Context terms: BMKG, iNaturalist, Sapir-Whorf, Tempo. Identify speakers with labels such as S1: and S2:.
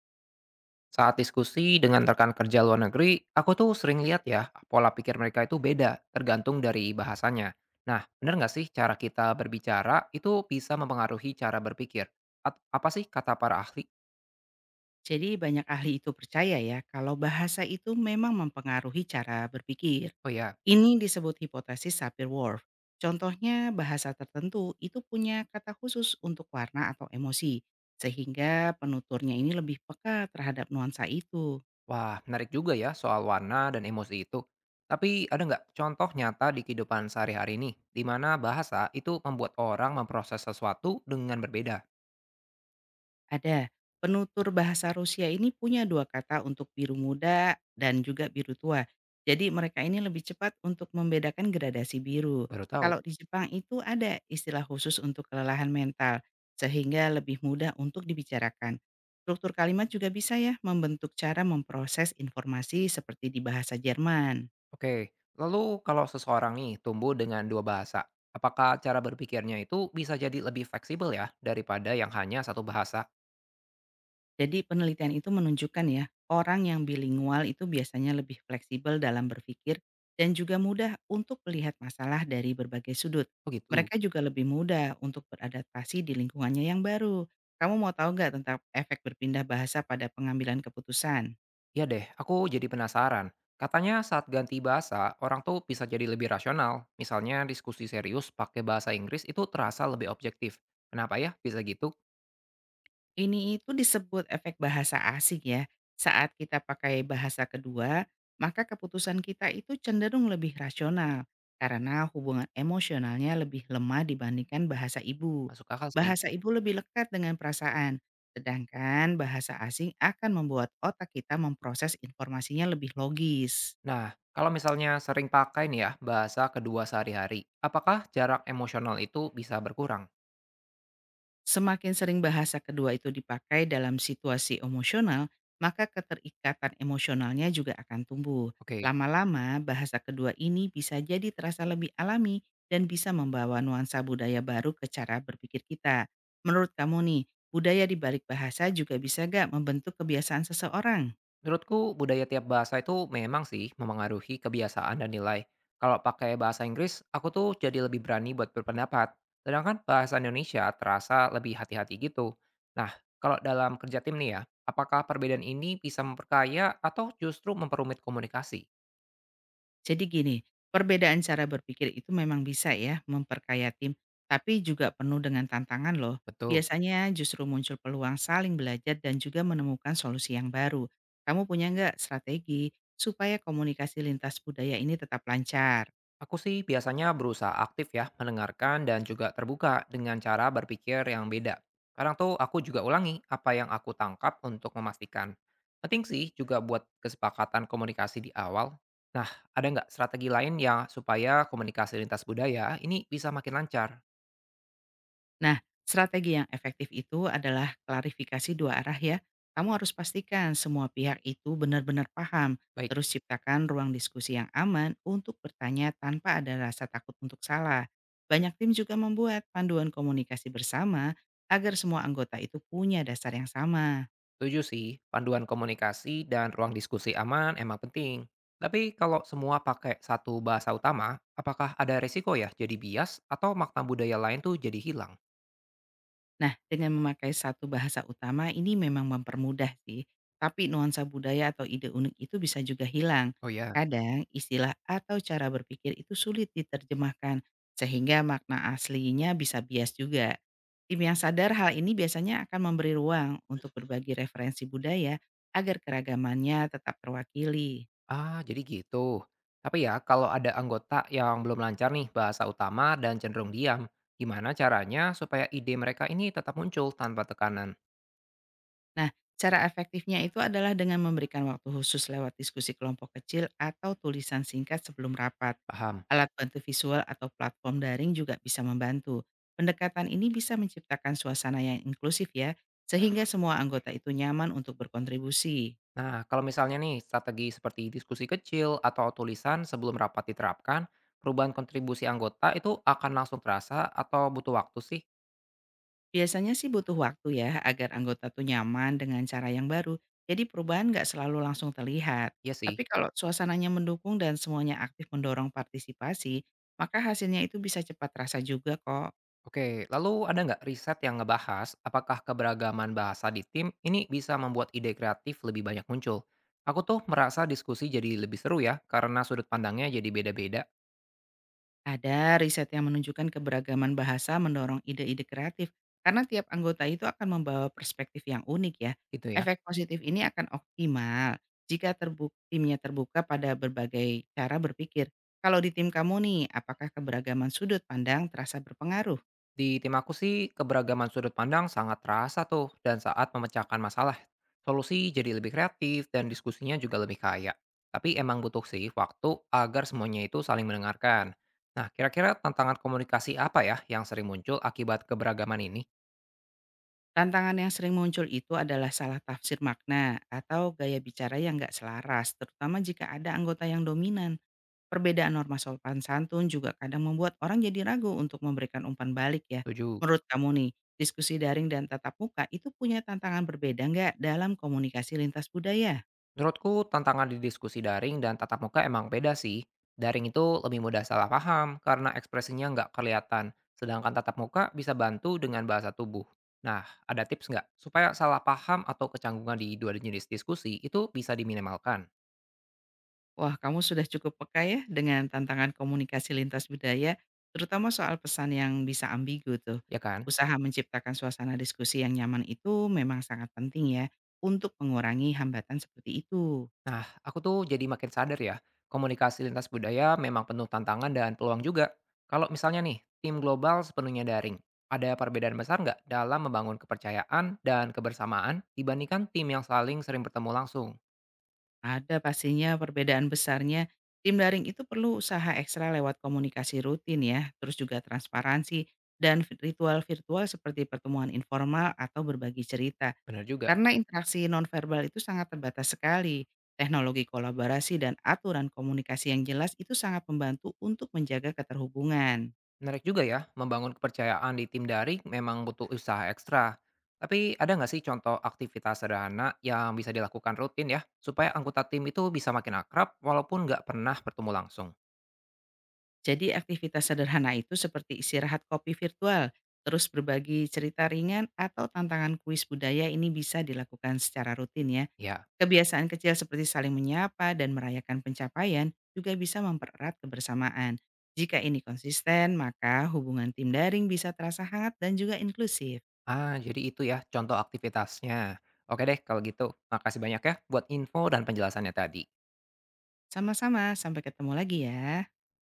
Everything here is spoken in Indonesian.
S1: Saat diskusi dengan rekan kerja luar negeri, aku tuh sering lihat ya, pola pikir mereka itu beda, tergantung dari bahasanya. Nah, benar nggak sih cara kita berbicara itu bisa mempengaruhi cara berpikir? Apa sih kata para ahli?
S2: Jadi banyak ahli itu percaya ya kalau bahasa itu memang mempengaruhi cara berpikir.
S1: Oh ya,
S2: Ini disebut hipotesis Sapir-Whorf. Contohnya bahasa tertentu itu punya kata khusus untuk warna atau emosi, sehingga penuturnya ini lebih peka terhadap nuansa itu.
S1: wah menarik juga ya soal warna dan emosi itu. Tapi ada nggak contoh nyata di kehidupan sehari-hari ini, di mana bahasa itu membuat orang memproses sesuatu dengan berbeda?
S2: Ada. Penutur bahasa Rusia ini punya dua kata untuk biru muda dan juga biru tua. Jadi mereka ini lebih cepat untuk membedakan gradasi biru.
S1: Baru tahu.
S2: Kalau di Jepang itu ada istilah khusus untuk kelelahan mental, sehingga lebih mudah untuk dibicarakan. Struktur kalimat juga bisa ya membentuk cara memproses informasi seperti di bahasa Jerman.
S1: Oke, lalu kalau seseorang nih tumbuh dengan dua bahasa, apakah cara berpikirnya itu bisa jadi lebih fleksibel ya daripada yang hanya satu bahasa?
S2: Jadi penelitian itu menunjukkan ya, orang yang bilingual itu biasanya lebih fleksibel dalam berpikir dan juga mudah untuk melihat masalah dari berbagai sudut.
S1: Oh gitu.
S2: Mereka juga lebih mudah untuk beradaptasi di lingkungannya yang baru. Kamu mau tahu nggak tentang efek berpindah bahasa pada pengambilan keputusan?
S1: Iya deh, aku jadi penasaran. Katanya saat ganti bahasa, orang tuh bisa jadi lebih rasional. Misalnya diskusi serius pakai bahasa Inggris itu terasa lebih objektif. Kenapa ya bisa gitu?
S2: Ini itu disebut efek bahasa asing ya. Saat kita pakai bahasa kedua, maka keputusan kita itu cenderung lebih rasional karena hubungan emosionalnya lebih lemah dibandingkan bahasa ibu.
S1: Masuk akal sih.
S2: Bahasa ibu lebih lekat dengan perasaan, sedangkan bahasa asing akan membuat otak kita memproses informasinya lebih logis.
S1: Nah, kalau misalnya sering pakai nih ya bahasa kedua sehari-hari, apakah jarak emosional itu bisa berkurang?
S2: Semakin sering bahasa kedua itu dipakai dalam situasi emosional, maka keterikatan emosionalnya juga akan tumbuh.
S1: Oke.
S2: Lama-lama, bahasa kedua ini bisa jadi terasa lebih alami dan bisa membawa nuansa budaya baru ke cara berpikir kita. Menurut kamu nih, budaya di balik bahasa juga bisa gak membentuk kebiasaan seseorang?
S1: Menurutku budaya tiap bahasa itu memang sih memengaruhi kebiasaan dan nilai. Kalau pakai bahasa Inggris, aku tuh jadi lebih berani buat berpendapat. Sedangkan bahasa Indonesia terasa lebih hati-hati gitu. Nah, kalau dalam kerja tim nih ya, apakah perbedaan ini bisa memperkaya atau justru memperumit komunikasi?
S2: Jadi gini, perbedaan cara berpikir itu memang bisa ya memperkaya tim, tapi juga penuh dengan tantangan loh.
S1: Betul.
S2: Biasanya justru muncul peluang saling belajar dan juga menemukan solusi yang baru. Kamu punya nggak strategi supaya komunikasi lintas budaya ini tetap lancar?
S1: Aku sih biasanya berusaha aktif ya, mendengarkan dan juga terbuka dengan cara berpikir yang beda. Kadang tuh aku juga ulangi apa yang aku tangkap untuk memastikan. Penting sih juga buat kesepakatan komunikasi di awal. Nah, ada nggak strategi lain ya supaya komunikasi lintas budaya ini bisa makin lancar?
S2: Nah, strategi yang efektif itu adalah klarifikasi dua arah ya. Kamu harus pastikan semua pihak itu benar-benar paham,
S1: Baik,
S2: terus ciptakan ruang diskusi yang aman untuk bertanya tanpa ada rasa takut untuk salah. Banyak tim juga membuat panduan komunikasi bersama agar semua anggota itu punya dasar yang sama.
S1: setuju sih, panduan komunikasi dan ruang diskusi aman emang penting. Tapi kalau semua pakai satu bahasa utama, apakah ada resiko ya jadi bias atau makna budaya lain tuh jadi hilang?
S2: Nah, dengan memakai satu bahasa utama ini memang mempermudah sih, tapi nuansa budaya atau ide unik itu bisa juga hilang.
S1: Oh ya,
S2: Kadang istilah atau cara berpikir itu sulit diterjemahkan, sehingga makna aslinya bisa bias juga. Tim yang sadar hal ini biasanya akan memberi ruang untuk berbagi referensi budaya agar keragamannya tetap terwakili.
S1: ah, jadi gitu. Tapi ya, kalau ada anggota yang belum lancar nih bahasa utama dan cenderung diam, gimana caranya supaya ide mereka ini tetap muncul tanpa tekanan?
S2: Nah, cara efektifnya itu adalah dengan memberikan waktu khusus lewat diskusi kelompok kecil atau tulisan singkat sebelum rapat.
S1: Paham.
S2: Alat bantu visual atau platform daring juga bisa membantu. Pendekatan ini bisa menciptakan suasana yang inklusif ya, sehingga semua anggota itu nyaman untuk berkontribusi.
S1: Nah, kalau misalnya nih strategi seperti diskusi kecil atau tulisan sebelum rapat diterapkan, perubahan kontribusi anggota itu akan langsung terasa atau butuh waktu sih?
S2: Biasanya sih butuh waktu ya agar anggota tuh nyaman dengan cara yang baru. Jadi perubahan nggak selalu langsung terlihat.
S1: Iya sih.
S2: Tapi kalau suasananya mendukung dan semuanya aktif mendorong partisipasi, maka hasilnya itu bisa cepat terasa juga kok.
S1: Oke, lalu ada nggak riset yang ngebahas apakah keberagaman bahasa di tim ini bisa membuat ide kreatif lebih banyak muncul? Aku tuh merasa diskusi jadi lebih seru ya, karena sudut pandangnya jadi beda-beda
S2: Ada riset yang menunjukkan keberagaman bahasa mendorong ide-ide kreatif, karena tiap anggota itu akan membawa perspektif yang unik ya.
S1: gitu ya.
S2: Efek positif ini akan optimal jika timnya terbuka pada berbagai cara berpikir. Kalau di tim kamu nih, apakah keberagaman sudut pandang terasa berpengaruh?
S1: Di tim aku sih, keberagaman sudut pandang sangat terasa tuh, dan saat memecahkan masalah, solusi jadi lebih kreatif dan diskusinya juga lebih kaya. Tapi emang butuh sih waktu agar semuanya itu saling mendengarkan. Nah, kira-kira tantangan komunikasi apa ya yang sering muncul akibat keberagaman ini?
S2: Tantangan yang sering muncul itu adalah salah tafsir makna atau gaya bicara yang nggak selaras, terutama jika ada anggota yang dominan. Perbedaan norma sopan santun juga kadang membuat orang jadi ragu untuk memberikan umpan balik ya.
S1: Tujuh.
S2: Menurut kamu nih, diskusi daring dan tatap muka itu punya tantangan berbeda nggak dalam komunikasi lintas budaya?
S1: Menurutku tantangan di diskusi daring dan tatap muka emang beda sih. Daring itu lebih mudah salah paham karena ekspresinya nggak kelihatan, sedangkan tatap muka bisa bantu dengan bahasa tubuh. Nah, ada tips nggak supaya salah paham atau kecanggungan di dua jenis diskusi itu bisa diminimalkan,
S2: Wah, kamu sudah cukup peka ya dengan tantangan komunikasi lintas budaya, terutama soal pesan yang bisa ambigu tuh.
S1: ya kan?
S2: Usaha menciptakan suasana diskusi yang nyaman itu memang sangat penting ya untuk mengurangi hambatan seperti itu.
S1: Nah, aku tuh jadi makin sadar ya, komunikasi lintas budaya memang penuh tantangan dan peluang juga. Kalau misalnya nih, tim global sepenuhnya daring, ada perbedaan besar nggak dalam membangun kepercayaan dan kebersamaan dibandingkan tim yang saling sering bertemu langsung?
S2: Ada pastinya perbedaan besarnya. Tim daring itu perlu usaha ekstra lewat komunikasi rutin ya, terus juga transparansi dan ritual virtual seperti pertemuan informal atau berbagi cerita.
S1: Benar juga.
S2: Karena interaksi nonverbal itu sangat terbatas sekali. Teknologi kolaborasi dan aturan komunikasi yang jelas itu sangat membantu untuk menjaga keterhubungan.
S1: Menarik juga ya, membangun kepercayaan di tim daring memang butuh usaha ekstra. Tapi ada nggak sih contoh aktivitas sederhana yang bisa dilakukan rutin ya, supaya anggota tim itu bisa makin akrab walaupun nggak pernah bertemu langsung?
S2: Jadi aktivitas sederhana itu seperti istirahat kopi virtual, terus berbagi cerita ringan atau tantangan kuis budaya ini bisa dilakukan secara rutin ya.
S1: Ya.
S2: Kebiasaan kecil seperti saling menyapa dan merayakan pencapaian juga bisa mempererat kebersamaan. Jika ini konsisten, maka hubungan tim daring bisa terasa hangat dan juga inklusif.
S1: Ah, jadi itu ya contoh aktivitasnya. Oke deh, kalau gitu. Makasih banyak ya buat info dan penjelasannya tadi.
S2: Sama-sama, sampai ketemu lagi ya.